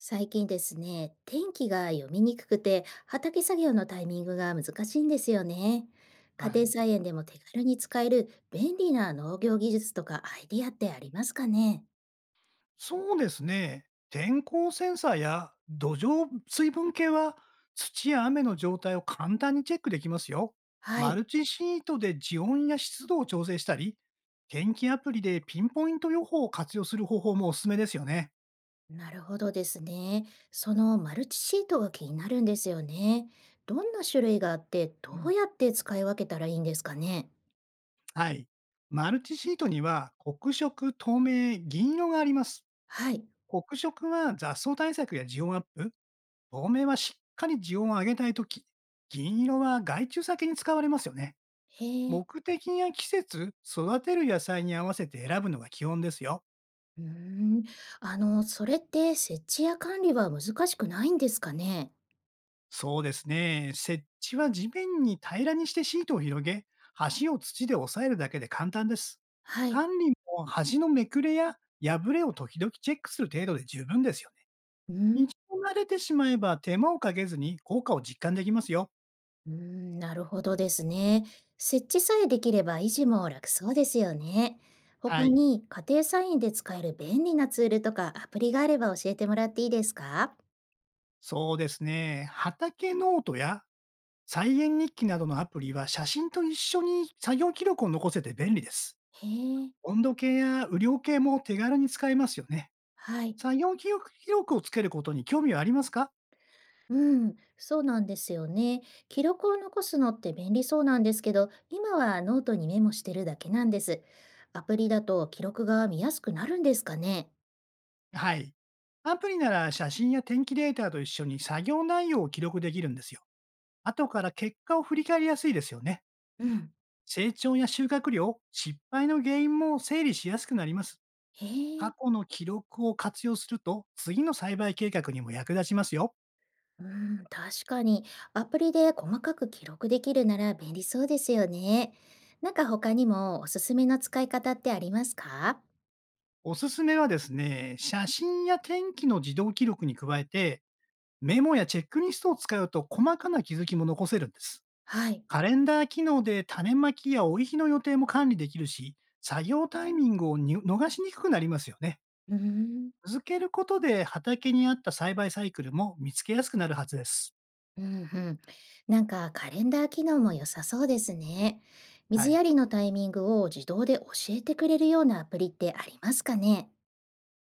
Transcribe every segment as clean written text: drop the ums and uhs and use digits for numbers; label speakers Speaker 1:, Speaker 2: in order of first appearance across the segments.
Speaker 1: 最近ですね、天気が読みにくくて、畑作業のタイミングが難しいんですよね。
Speaker 2: は
Speaker 1: 家庭
Speaker 2: い。
Speaker 1: 菜園でも手軽に使える便利な農業技術とかアイディアってありますかね？
Speaker 2: そうですね。天候センサーや土壌水分計は、土や雨の状態を簡単にチェックできますよ。
Speaker 1: は
Speaker 2: マ
Speaker 1: い、
Speaker 2: ルチシートで地温や湿度を調整したり、天気アプリでピンポイント予報を活用する方法もおすすめですよね。
Speaker 1: なるほどですね。そのマルチシートが気になるんですよね。どんな種類があって、ど
Speaker 2: う
Speaker 1: う
Speaker 2: ん、
Speaker 1: やって使い分けたらいいんですかね？
Speaker 2: はい。マルチシートには、黒色、透明、銀色があります。
Speaker 1: はい。
Speaker 2: 黒色は雑草対策や地温アップ、透明はしっかり地温を上げたいとき、銀色は害虫先に使われますよね。
Speaker 1: へえ。
Speaker 2: 目的や季節、育てる野菜に合わせて選ぶのが基本ですよ。
Speaker 1: うーん。それって設置や管理は難しくないんですかね？
Speaker 2: そうですね。設置は地面に平らにしてシートを広げ、端を土で押さえるだけで簡単です。
Speaker 1: はい。
Speaker 2: 管理も端のめくれや破れを時々チェックする程度で十分ですよね。
Speaker 1: うーん。
Speaker 2: 一度慣れてしまえば手間をかけずに効果を実感できますよ。
Speaker 1: うーん、なるほどですね。設置さえできれば維持も楽そうですよね。
Speaker 2: は
Speaker 1: 他
Speaker 2: い。
Speaker 1: に家庭菜園で使える便利なツールとかアプリがあれば教えてもらっていいですか？
Speaker 2: そうですね。畑ノートや菜園日記などのアプリは、写真と一緒に作業記録を残せて便利です。
Speaker 1: へえ、
Speaker 2: 温度計や雨量計も手軽に使えますよね。
Speaker 1: はい。
Speaker 2: 作業記録をつけることに興味はありますか？
Speaker 1: うん、そうなんですよね。記録を残すのって便利そうなんですけど、今はノートにメモしてるだけなんです。アプリだと記録が見やすくなるんですかね？
Speaker 2: はい。アプリなら写真や天気データと一緒に作業内容を記録できるんですよ。後から結果を振り返りやすいですよね。
Speaker 1: うん。
Speaker 2: 成長や収穫量、失敗の原因も整理しやすくなります。
Speaker 1: へえ。
Speaker 2: 過去の記録を活用すると、次の栽培計画にも役立ちますよ。
Speaker 1: うん、確かに。アプリで細かく記録できるなら便利そうですよね。なんか他にもおすすめの使い方ってありますか？
Speaker 2: おすすめはですね、写真や天気の自動記録に加えて、メモやチェックリストを使うと細かな気づきも残せるんです。
Speaker 1: はい。
Speaker 2: カレンダー機能で種まきや追い日の予定も管理できるし、作業タイミングをに逃しにくくなりますよね。
Speaker 1: うーん。
Speaker 2: 続けることで畑に合った栽培サイクルも見つけやすくなるはずです。
Speaker 1: うんうん。なんかカレンダー機能も良さそうですね。
Speaker 2: は
Speaker 1: 水
Speaker 2: い。
Speaker 1: やりのタイミングを自動で教えてくれるようなアプリってありますかね？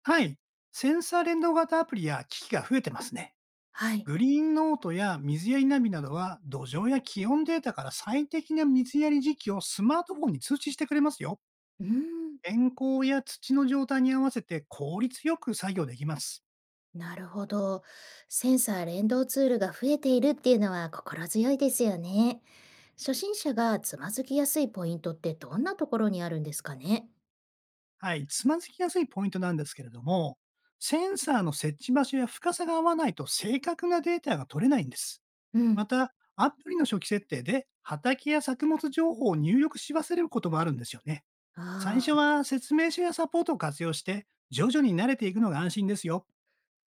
Speaker 2: はい。センサー連動型アプリや機器が増えてますね。
Speaker 1: はい。
Speaker 2: グリーンノートや水やりナビなどは、土壌や気温データから最適な水やり時期をスマートフォンに通知してくれますよ。
Speaker 1: うーん。
Speaker 2: 天候や土の状態に合わせて効率よく作業できます。
Speaker 1: なるほど。センサー連動ツールが増えているっていうのは心強いですよね。初心者がつまずきやすいポイントってどんなところにあるんですかね？
Speaker 2: はい。つまずきやすいポイントなんですけれども、センサーの設置場所や深さが合わないと正確なデータが取れないんです。
Speaker 1: うん、
Speaker 2: また、アプリの初期設定で畑や作物情報を入力し忘れることもあるんですよね。最
Speaker 1: あ
Speaker 2: 初
Speaker 1: あ、
Speaker 2: は説明書やサポートを活用して、徐々に慣れていくのが安心ですよ。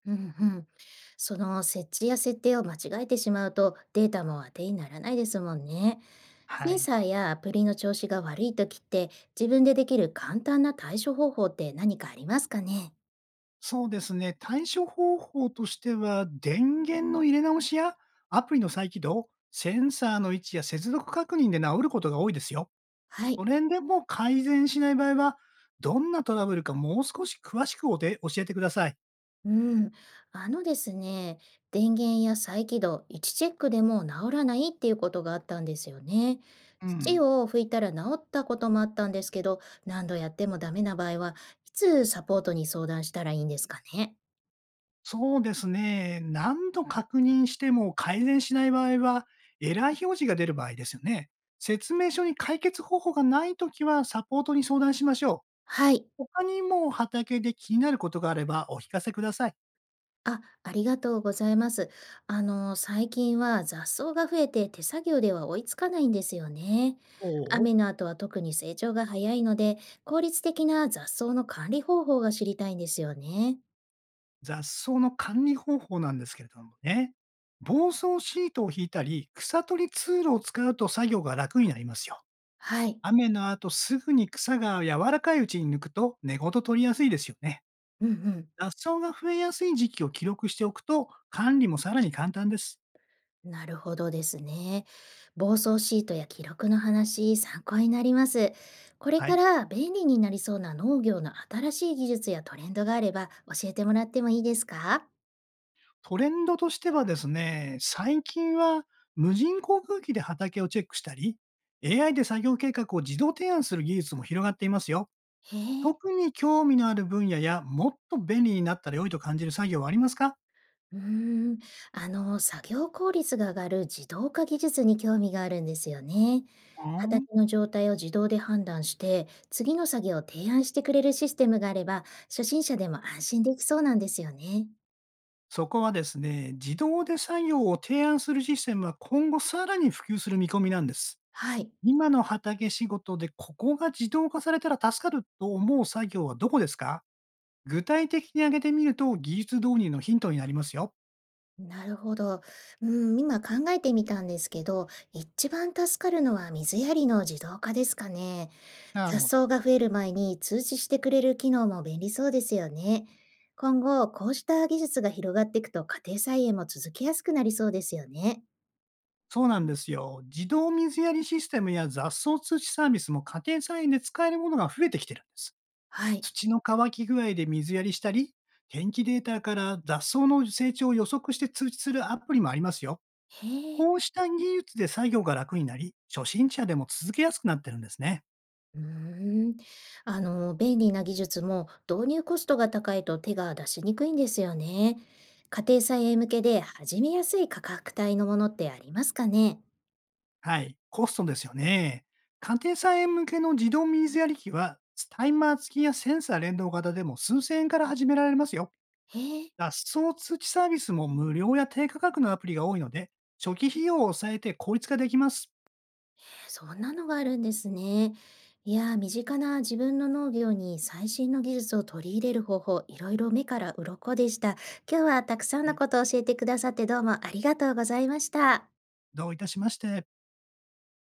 Speaker 1: うんうん。その設置や設定を間違えてしまうとデータも当てにならないですもんね。
Speaker 2: は
Speaker 1: セン
Speaker 2: い。
Speaker 1: サーやアプリの調子が悪い時って自分でできる簡単な対処方法って何かありますかね？
Speaker 2: そうですね。対処方法としては、電源の入れ直しやアプリの再起動、センサーの位置や接続確認で治ることが多いですよ。
Speaker 1: は
Speaker 2: そ
Speaker 1: い。
Speaker 2: れでも改善しない場合は、どんなトラブルかもう少し詳しくおで教えてください。
Speaker 1: うん、あのですね、電源や再起動、位置チェックでも治らないっていうことがあったんですよね。
Speaker 2: う
Speaker 1: 土
Speaker 2: ん。
Speaker 1: を拭いたら治ったこともあったんですけど、何度やってもダメな場合は、いつサポートに相談したらいいんですかね。
Speaker 2: そうですね。何度確認しても改善しない場合は、エラー表示が出る場合ですよね。説明書に解決方法がないときは、サポートに相談しましょ
Speaker 1: はい。
Speaker 2: う。他にも畑で気になることがあればお聞かせください。
Speaker 1: あ、ありがとうございます。最近は雑草が増えて手作業では追いつかないんですよね。
Speaker 2: おう。
Speaker 1: 雨の後は特に成長が早いので、効率的な雑草の管理方法が知りたいんですよね。
Speaker 2: 雑草の管理方法なんですけれどもね。防草シートを引いたり、草取りツールを使うと作業が楽になりますよ。
Speaker 1: はい。
Speaker 2: 雨の後すぐに草が柔らかいうちに抜くと根ごと取りやすいですよね。
Speaker 1: うんうん。
Speaker 2: 雑草が増えやすい時期を記録しておくと、管理もさらに簡単です。
Speaker 1: なるほどですね。暴走シートや記録の話、参考になります。これ
Speaker 2: は
Speaker 1: か
Speaker 2: い。
Speaker 1: ら便利になりそうな農業の新しい技術やトレンドがあれば教えてもらってもいいですか？
Speaker 2: トレンドとしてはですね、最近は無人航空機で畑をチェックしたり、AI で作業計画を自動提案する技術も広がっていますよ。
Speaker 1: へえ、
Speaker 2: 特に興味のある分野や、もっと便利になったら良いと感じる作業はありますか？
Speaker 1: うーん、作業効率が上がる自動化技術に興味があるんですよね。
Speaker 2: う
Speaker 1: 畑
Speaker 2: ん、
Speaker 1: の状態を自動で判断して、次の作業を提案してくれるシステムがあれば、初心者でも安心できそうなんですよね。
Speaker 2: そこはですね、自動で作業を提案するシステムは今後さらに普及する見込みなんです。
Speaker 1: はい。
Speaker 2: 今の畑仕事でここが自動化されたら助かると思う作業はどこですか？具体的に挙げてみると技術導入のヒントになりますよ。
Speaker 1: なるほど。うん、今考えてみたんですけど、一番助かるのは水やりの自動化ですかね。
Speaker 2: なる
Speaker 1: 雑
Speaker 2: ほど。
Speaker 1: 草が増える前に通知してくれる機能も便利そうですよね。今後、こうした技術が広がっていくと家庭菜園も続けやすくなりそうですよね。
Speaker 2: そうなんですよ。自動水やりシステムや雑草通知サービスも、家庭菜園で使えるものが増えてきてるんです。
Speaker 1: はい。
Speaker 2: 土の乾き具合で水やりしたり、天気データから雑草の成長を予測して通知するアプリもありますよ。
Speaker 1: へえ。
Speaker 2: こうした技術で作業が楽になり、初心者でも続けやすくなってるんですね。
Speaker 1: うーん。便利な技術も導入コストが高いと手が出しにくいんですよね。家庭菜園向けで始めやすい価格帯のものってありますかね？
Speaker 2: はい。コストですよね。家庭菜園向けの自動水やり機は、タイマー付きやセンサー連動型でも数千円から始められますよ。
Speaker 1: へえ、
Speaker 2: 脱走通知サービスも無料や低価格のアプリが多いので、初期費用を抑えて効率化できます。
Speaker 1: そんなのがあるんですね。いやー、身近な自分の農業に最新の技術を取り入れる方法、いろいろ目から鱗でした。今日はたくさんの
Speaker 2: ね。
Speaker 1: ことを教えてくださってどうもありがとうございました。
Speaker 2: どういたしまして。